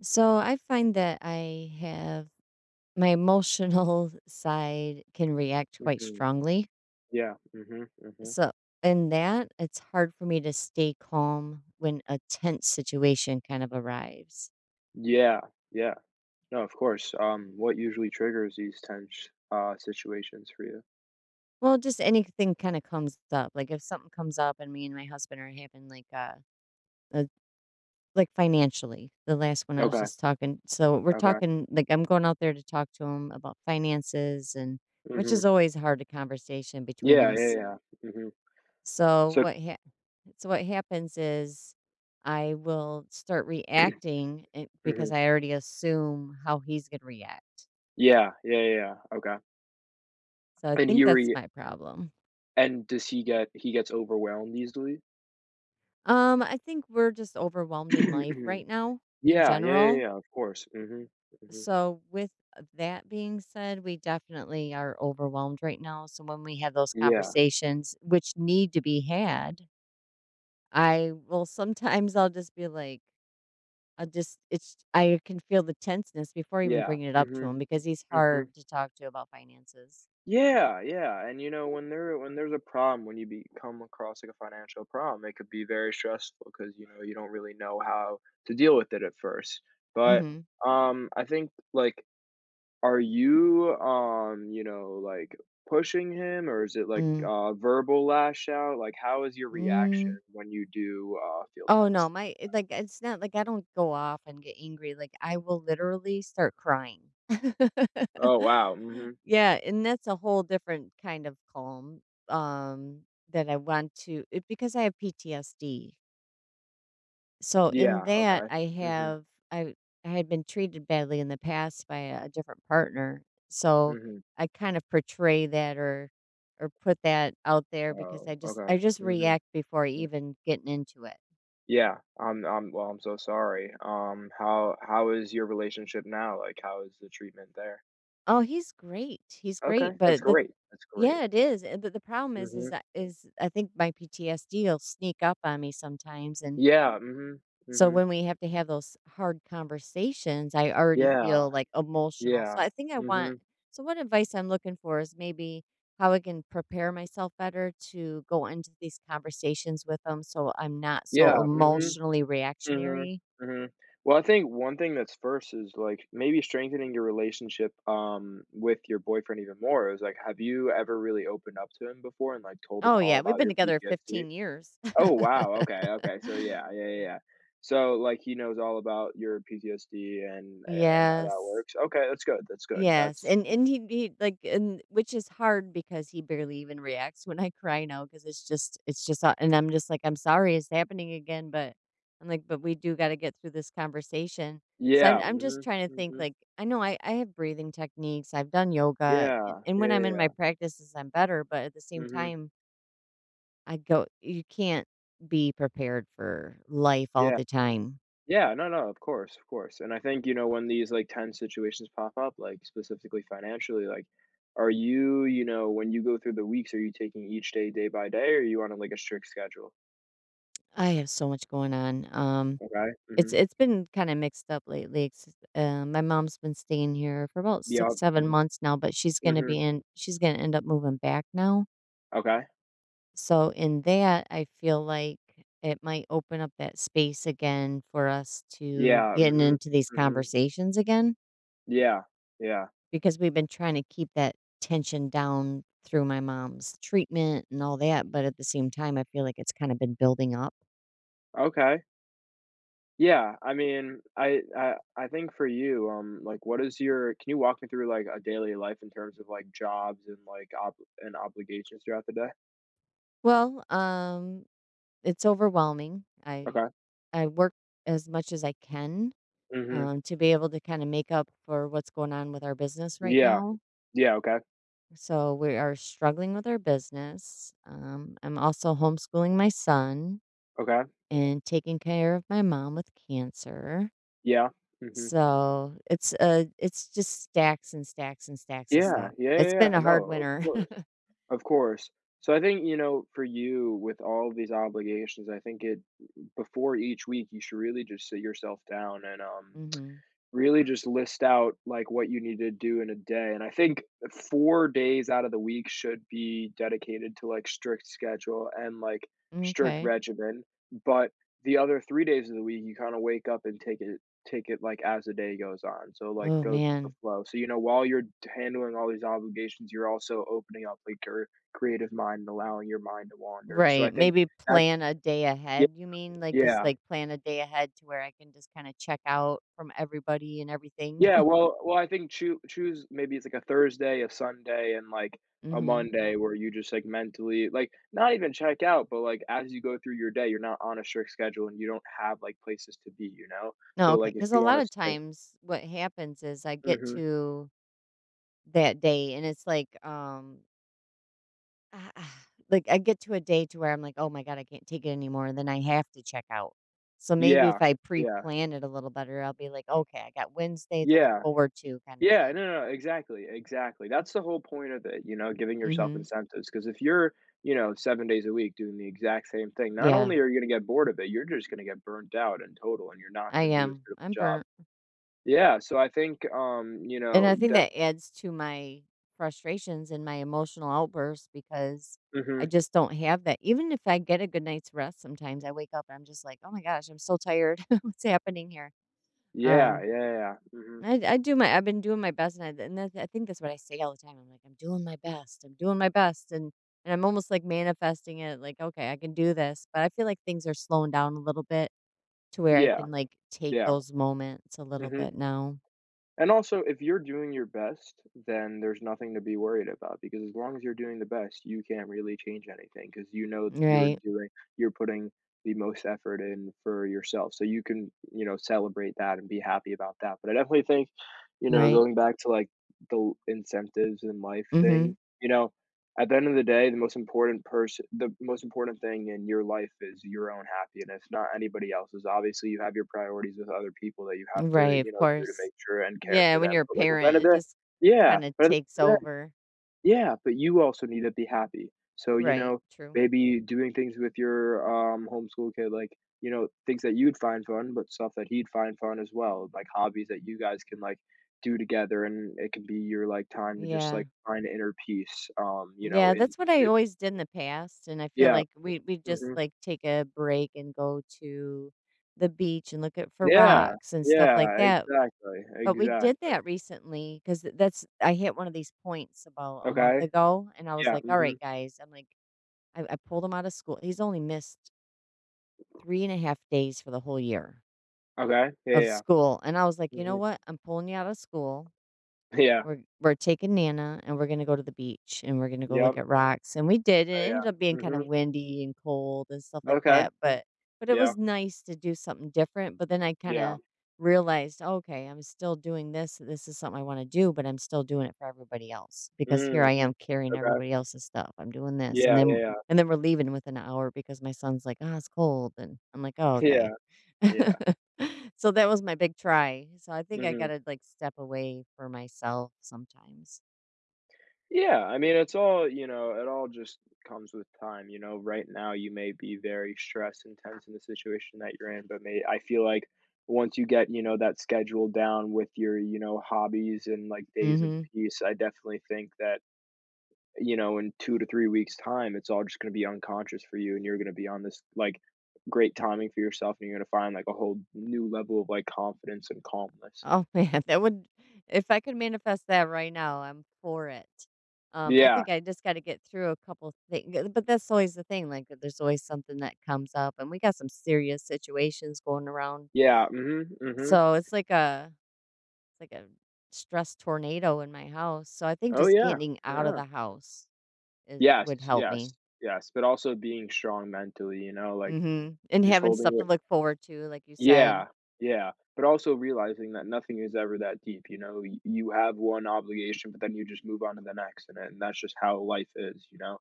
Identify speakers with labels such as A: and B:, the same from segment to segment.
A: So I find that I have my emotional side can react quite
B: Mhm.
A: strongly.
B: Yeah. Mhm, mhm.
A: So in that, it's hard for me to stay calm when a tense situation kind of arrives.
B: Yeah, yeah. No, of course. What usually triggers these tense, situations for you?
A: Well, just anything kind of comes up. Like if something comes up and me and my husband are having like a like financially, the last one I was
B: Okay,
A: just talking. So we're
B: okay.
A: talking like I'm going out there to talk to him about finances and which is
B: Mhm.
A: always hard a conversation between
B: Yeah, yeah,
A: us.
B: yeah. Mhm.
A: So
B: So
A: what ha- so what happens is I will start reacting because
B: mhm.
A: I already assume how he's going to react.
B: Yeah, yeah, yeah, yeah. Okay.
A: So I
B: And he
A: think that's
B: re
A: my problem.
B: and does he get he gets overwhelmed easily?
A: I think we're just overwhelmed in life right now in
B: Yeah, yeah, yeah,
A: general.
B: yeah, of course. Mhm, mhm.
A: So with that being said, we definitely are overwhelmed right now. So when we have those
B: Yeah,
A: conversations which need to be had, I will sometimes I'll just be like I just it's I can feel the tenseness before even
B: yeah.
A: bringing it up to
B: Mhm,
A: him because he's
B: mhm.
A: hard to talk to about finances.
B: Yeah, yeah, and, you know, when there's a problem, when you be come across, like, a financial problem, it could be very stressful because you know, you don't really know how to deal with it at first, but,
A: Mhm.
B: I think, like, are you, you know, like, pushing him or is it, like,
A: Mm.
B: a verbal lash out? Like, how is your reaction
A: Mm.
B: when you do, feel
A: Oh no,
B: tense?
A: like it's not like I don't go off and get angry. Like I will literally start crying.
B: Oh, wow, mhm.
A: Yeah, and that's a whole different kind of calm um that I want to it, because I have PTSD. So in
B: Yeah,
A: that,
B: okay.
A: I
B: Mhm,
A: have I I had been treated badly in the past by a different partner. So
B: mhm.
A: I kind of portray that or put that out there because
B: Oh, okay.
A: I just
B: Mhm.
A: react before even getting into it.
B: Yeah, I'm well, I'm so sorry. How how is your relationship now? Like, how is the treatment there?
A: Oh, he's great. He's
B: Okay,
A: great,
B: that's
A: but the
B: great. That's great.
A: yeah, it is. But the problem is
B: hmm
A: that is I think my PTSD will sneak up on me sometimes. And
B: Yeah.
A: so
B: Hmm
A: when we have to have those hard conversations, I already
B: Yeah.
A: feel like emotional. So
B: Yeah.
A: I think I
B: hmm
A: want so what advice I'm looking for is maybe how I can prepare myself better to go into these conversations with them so I'm not
B: Yeah.
A: so emotionally
B: Hmm
A: reactionary.
B: hmm Well, I think one thing that's first is like maybe strengthening your relationship with your boyfriend even more. Is like, have you ever really opened up to him before and like told him
A: Oh
B: all
A: yeah, we've
B: about
A: been
B: your
A: together
B: PTSD?
A: 15 years.
B: Oh, wow, okay, okay, so yeah, yeah, yeah, yeah. So, like, he knows all about your PTSD and how that
A: Yes.
B: works. Okay, that's good, that's good,
A: Yes,
B: that's
A: and he, like and which is hard because he barely even reacts when I cry now because it's just a and I'm just like, "I'm sorry it's happening again," but I'm like, "But we do gotta get through this conversation." So I'm
B: yeah,
A: I'm just
B: mhm,
A: trying to think,
B: mhm.
A: like, I know I have breathing techniques, I've done yoga,
B: Yeah,
A: and
B: yeah,
A: when I'm in
B: yeah,
A: my practices, I'm better, but at the
B: yeah,
A: same
B: mhm,
A: time, I go you can't be prepared for life all
B: yeah.
A: the time.
B: Yeah, no, no, of course, and I think, you know, when these, like, tense situations pop up, like, specifically financially, like, are you when you go through the weeks, are you taking each day, day by day, or are you on a, like, a strict schedule?
A: I have so much going on,
B: Okay,
A: It's
B: mhm,
A: it's been kinda mixed up lately, it's my mom's been staying here for about
B: yeah,
A: 6, 7 months now, but
B: mhm,
A: she's gonna end up moving back now.
B: okay,
A: So in that, I feel like it might open up that space again for us to
B: yeah,
A: get
B: mhm,
A: into these
B: mhm.
A: conversations again,
B: Yeah, yeah.
A: because we've been trying to keep that tension down through my mom's treatment and all that, but at the same time, I feel like it's kinda been building up.
B: Okay. Yeah, I mean, I think for you, like, what is your can you walk me through, like, a daily life in terms of, like, jobs and, like, ob and obligations throughout the day?
A: Well, it's overwhelming.
B: Okay.
A: I work as much as I can,
B: Mhm.
A: to be able to kinda make up for what's going on with our business right
B: Yeah.
A: now.
B: Yeah, okay.
A: So, we are struggling with our business. I'm also homeschooling my son
B: Okay.
A: and taking care of my mom with cancer.
B: Yeah. Mhm.
A: So, it's just stacks and stacks and stacks of
B: Yeah.
A: stuff.
B: Yeah,
A: It's
B: yeah,
A: been
B: yeah.
A: a
B: No,
A: hard
B: of
A: winter.
B: course. Of course. So I think, you know, for you, with all of these obligations, I think it before each week, you should really just sit yourself down and,
A: Mhm.
B: really just list out like what you need to do in a day, and I think 4 days out of the week should be dedicated to like strict schedule and like strict
A: Okay.
B: regimen, but the other 3 days of the week you kind of wake up and take it like as the day goes on, so like
A: Oh,
B: goes with the
A: man.
B: flow. So you know, while you're handling all these obligations, you're also opening up like your creative mind and allowing your mind to wander. So I
A: Right,
B: think
A: maybe
B: that's
A: plan a day
B: yeah,
A: ahead, you mean? Like, just,
B: yeah
A: like, plan a day ahead to where I can just kinda check out from everybody and everything?
B: yeah, well I think choose maybe it's like a Thursday, a Sunday, and, like, a
A: Mhm.
B: Monday where you just, like, mentally like, not even check out, but, like, as you go through your day, you're not on a strict schedule and you don't have, like, places to be, you know?
A: No,
B: So,
A: okay.
B: like, if
A: Because a
B: you
A: lot
B: wanna
A: of
B: stay
A: times what happens is I get
B: Mhm.
A: to that day and it's like, I get to a day to where I'm like, "Oh my god, I can't take it anymore." And then I have to check out. So maybe
B: Yeah.
A: if I
B: Yeah.
A: pre-plan it a little better, I'll be like, "Okay, I got Wednesday to look
B: Yeah.
A: forward to," kinda
B: Yeah,
A: thing.
B: no, no, no, exactly, exactly. That's the whole point of it, you know, giving yourself
A: Mhm.
B: incentives because if you're, you know, 7 days a week doing the exact same thing, not
A: Yeah,
B: only are you gonna get bored of it, you're just gonna get burnt out in total, and you're not
A: I
B: gonna do as
A: am.
B: good of a
A: I'm
B: job.
A: burnt.
B: Yeah, so I think, you
A: And
B: know,
A: I think
B: that
A: that adds to my frustrations and my emotional outbursts because I
B: Mhm.
A: just don't have that. Even if I get a good night's rest, sometimes I wake up and I'm just like, "Oh my gosh, I'm so tired. What's happening here?"
B: Yeah,
A: Um,
B: yeah, yeah. Mhm.
A: I do my, I've been doing my best, and I think that's what I say all the time. I'm like, "I'm doing my best. I'm doing my best," and I'm almost like manifesting it, like, "Okay, I can do this." But I feel like things are slowing down a little bit to where I
B: Yeah,
A: can like take
B: yeah.
A: those moments a little
B: Mhm.
A: bit now.
B: And also, if you're doing your best, then there's nothing to be worried about because as long as you're doing the best, you can't really change anything because you know you're
A: Right,
B: doing you're putting the most effort in for yourself. So you can, you know, celebrate that and be happy about that. But I definitely think, you know,
A: right.
B: going back to, like, the incentives in life thing,
A: Mm-hmm.
B: you know At the end of the day, the most important person the most important thing in your life is your own happiness, not anybody else's. Obviously, you have your priorities with other people that you have to,
A: Right,
B: you
A: of
B: know, do to
A: course.
B: make sure and care
A: Yeah,
B: for
A: when
B: them,
A: you're a
B: but, like, at the end
A: parent,
B: of
A: it
B: the
A: just
B: yeah,
A: kind of
B: but at
A: takes
B: the end of the
A: over.
B: yeah, but you also need to be happy. So, you
A: Right.
B: know,
A: True.
B: maybe doing things with your homeschool kid, like, you know, things that you'd find fun, but stuff that he'd find fun as well, like hobbies that you guys can like do together, and it can be your like time to just
A: Yeah.
B: like find inner peace. You know,
A: Yeah,
B: in
A: that's what I
B: it,
A: always did in the past and I feel
B: yeah,
A: like we just
B: hmm
A: like take a break and go to the beach and look at for
B: yeah,
A: rocks and stuff like
B: yeah,
A: that.
B: exactly,
A: But we did
B: exactly.
A: that recently cuz that's I hit one of these points about a month
B: Okay,
A: ago and I was
B: yeah,
A: like, "All right, guys." I'm like I pulled him out of school. He's only missed three and a half days for the whole year.
B: okay, yeah,
A: Of
B: yeah,
A: school, and I was like, "You know what? I'm pulling you out of school.
B: yeah,
A: We're taking Nana, and we're gonna go to the beach, and we're gonna go
B: yep,
A: look at rocks," and we did, and
B: oh,
A: it
B: yeah,
A: ended up being kinda
B: hmm
A: windy and cold and stuff like
B: okay,
A: that, but it
B: yeah,
A: was nice to do something different, but then I
B: yeah,
A: kinda realized, "Oh, okay, I'm still doing this, this is something I wanna do, but I'm still doing it for everybody else, because here
B: mm,
A: I am carrying
B: okay.
A: everybody else's stuff, I'm doing this,"
B: Yeah, yeah, yeah.
A: and then we're leaving within an hour because my son's like, "Ah, it's cold," and I'm like, "Oh,
B: Yeah,
A: okay."
B: yeah.
A: So that was my big try. So I think I
B: Mhm.
A: gotta like step away for myself sometimes.
B: Yeah, I mean, it's all you know, it all just comes with time, you know? Right now, you may be very stressed and tense in the situation that you're in, but may I feel like once you get, you know, that schedule down with your, you know, hobbies and, like, days of
A: Mhm.
B: peace, I definitely think that, you know, in 2 to 3 weeks' time, it's all just gonna be unconscious for you, and you're gonna be on this, like, great timing for yourself, and you're gonna find, like, a whole new level of, like, confidence and calmness.
A: Oh, man, that would if I could manifest that right now, I'm for it. I
B: Yeah,
A: think I just got to get through a couple things, but that's always the thing. Like, there's always something that comes up, and we got some serious situations going around.
B: yeah, mhm, mhm.
A: So it's like a stress tornado in my house. So I think
B: Oh,
A: just
B: yeah,
A: getting out of
B: yeah.
A: the house is,
B: Yes,
A: would help
B: yes,
A: me.
B: yes, but also being strong mentally, you know, like,
A: Mhm, and
B: just
A: having stuff
B: holding
A: to
B: it
A: look forward to, like you said.
B: Yeah, yeah, but also realizing that nothing is ever that deep, you know? Y You have one obligation, but then you just move on to the next, and then that's just how life is, you know?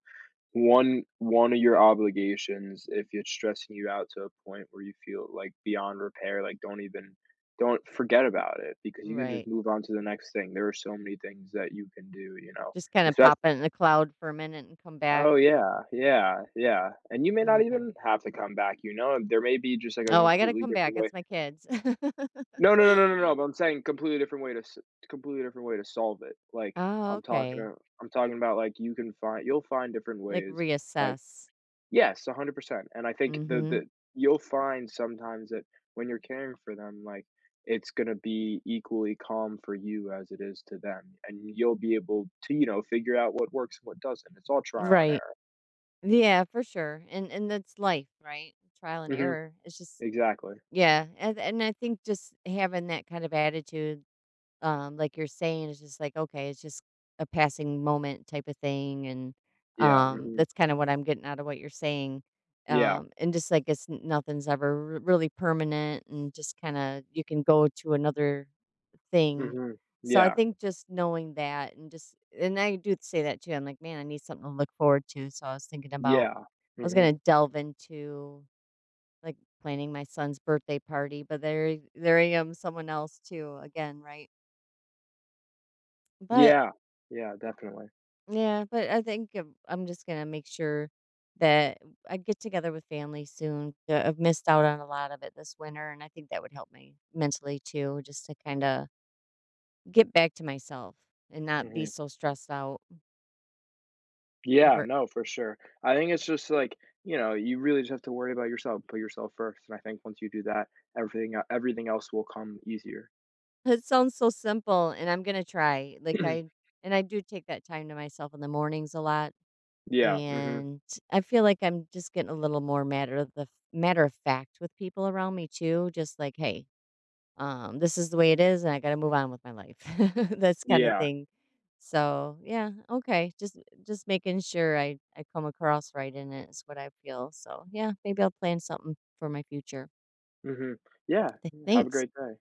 B: One of your obligations, if it's stressing you out to a point where you feel, like, beyond repair, like, don't forget about it because you can just
A: Right.
B: move on to the next thing. There are so many things that you can do, you know?
A: Just kinda pop it
B: Especially
A: in the cloud for a minute and come back.
B: Oh, yeah, yeah, yeah, and you may not
A: Okay.
B: even have to come back, you know, there may be just, like, a
A: Oh, I gotta
B: completely
A: come back,
B: different way.
A: it's my kids.
B: No, no, no, no, no, no, but I'm saying completely different way to solve it, like,
A: Oh,
B: I'm talking
A: okay.
B: a I'm talking about, like, you'll find different
A: Like,
B: ways, like
A: reassess.
B: Yes, 100%, and I think
A: Mhm.
B: the you'll find sometimes that when you're caring for them, like, it's gonna be equally calm for you as it is to them, and you'll be able to, you know, figure out what works and what doesn't. It's all trial and
A: Right.
B: error.
A: Yeah, for sure, and that's life, right? Trial and
B: Mhm,
A: error. It's just
B: exactly.
A: yeah, and I think just having that kind of attitude like you're saying, it's just like, okay, it's just a passing moment type of thing. And
B: Yeah, mhm,
A: that's kind of what I'm getting out of what you're saying.
B: yeah,
A: And just like nothing's ever really permanent and just kind of you can go to another thing.
B: mhm,
A: So I
B: yeah,
A: think just knowing that and just, and I do say that too. I'm like, man, I need something to look forward to. So I was thinking about,
B: yeah,
A: I was
B: mhm,
A: going to delve into like planning my son's birthday party, but there I am, someone else too, again, right? But
B: yeah, yeah, definitely,
A: yeah, but I think if I'm just gonna make sure that I get together with family soon. I've missed out on a lot of it this winter, and I think that would help me mentally too, just to kind of get back to myself and not be
B: mhm,
A: so stressed out
B: yeah,
A: over.
B: no, for sure. I think it's just like, you know, you really just have to worry about yourself, put yourself first, and I think once you do that, everything else will come easier.
A: It sounds so simple, and I'm gonna try. Like I and I do take that time to myself in the mornings a lot,
B: Yeah, mhm,
A: and I feel like I'm just getting a little more matter of fact with people around me too. Just like, hey, this is the way it is, and I gotta move on with my life. That's kind of
B: yeah,
A: thing. So yeah, okay. Just making sure I come across right in it is what I feel. So yeah, maybe I'll plan something for my future.
B: mhm, yeah, have a
A: Thanks.
B: great day.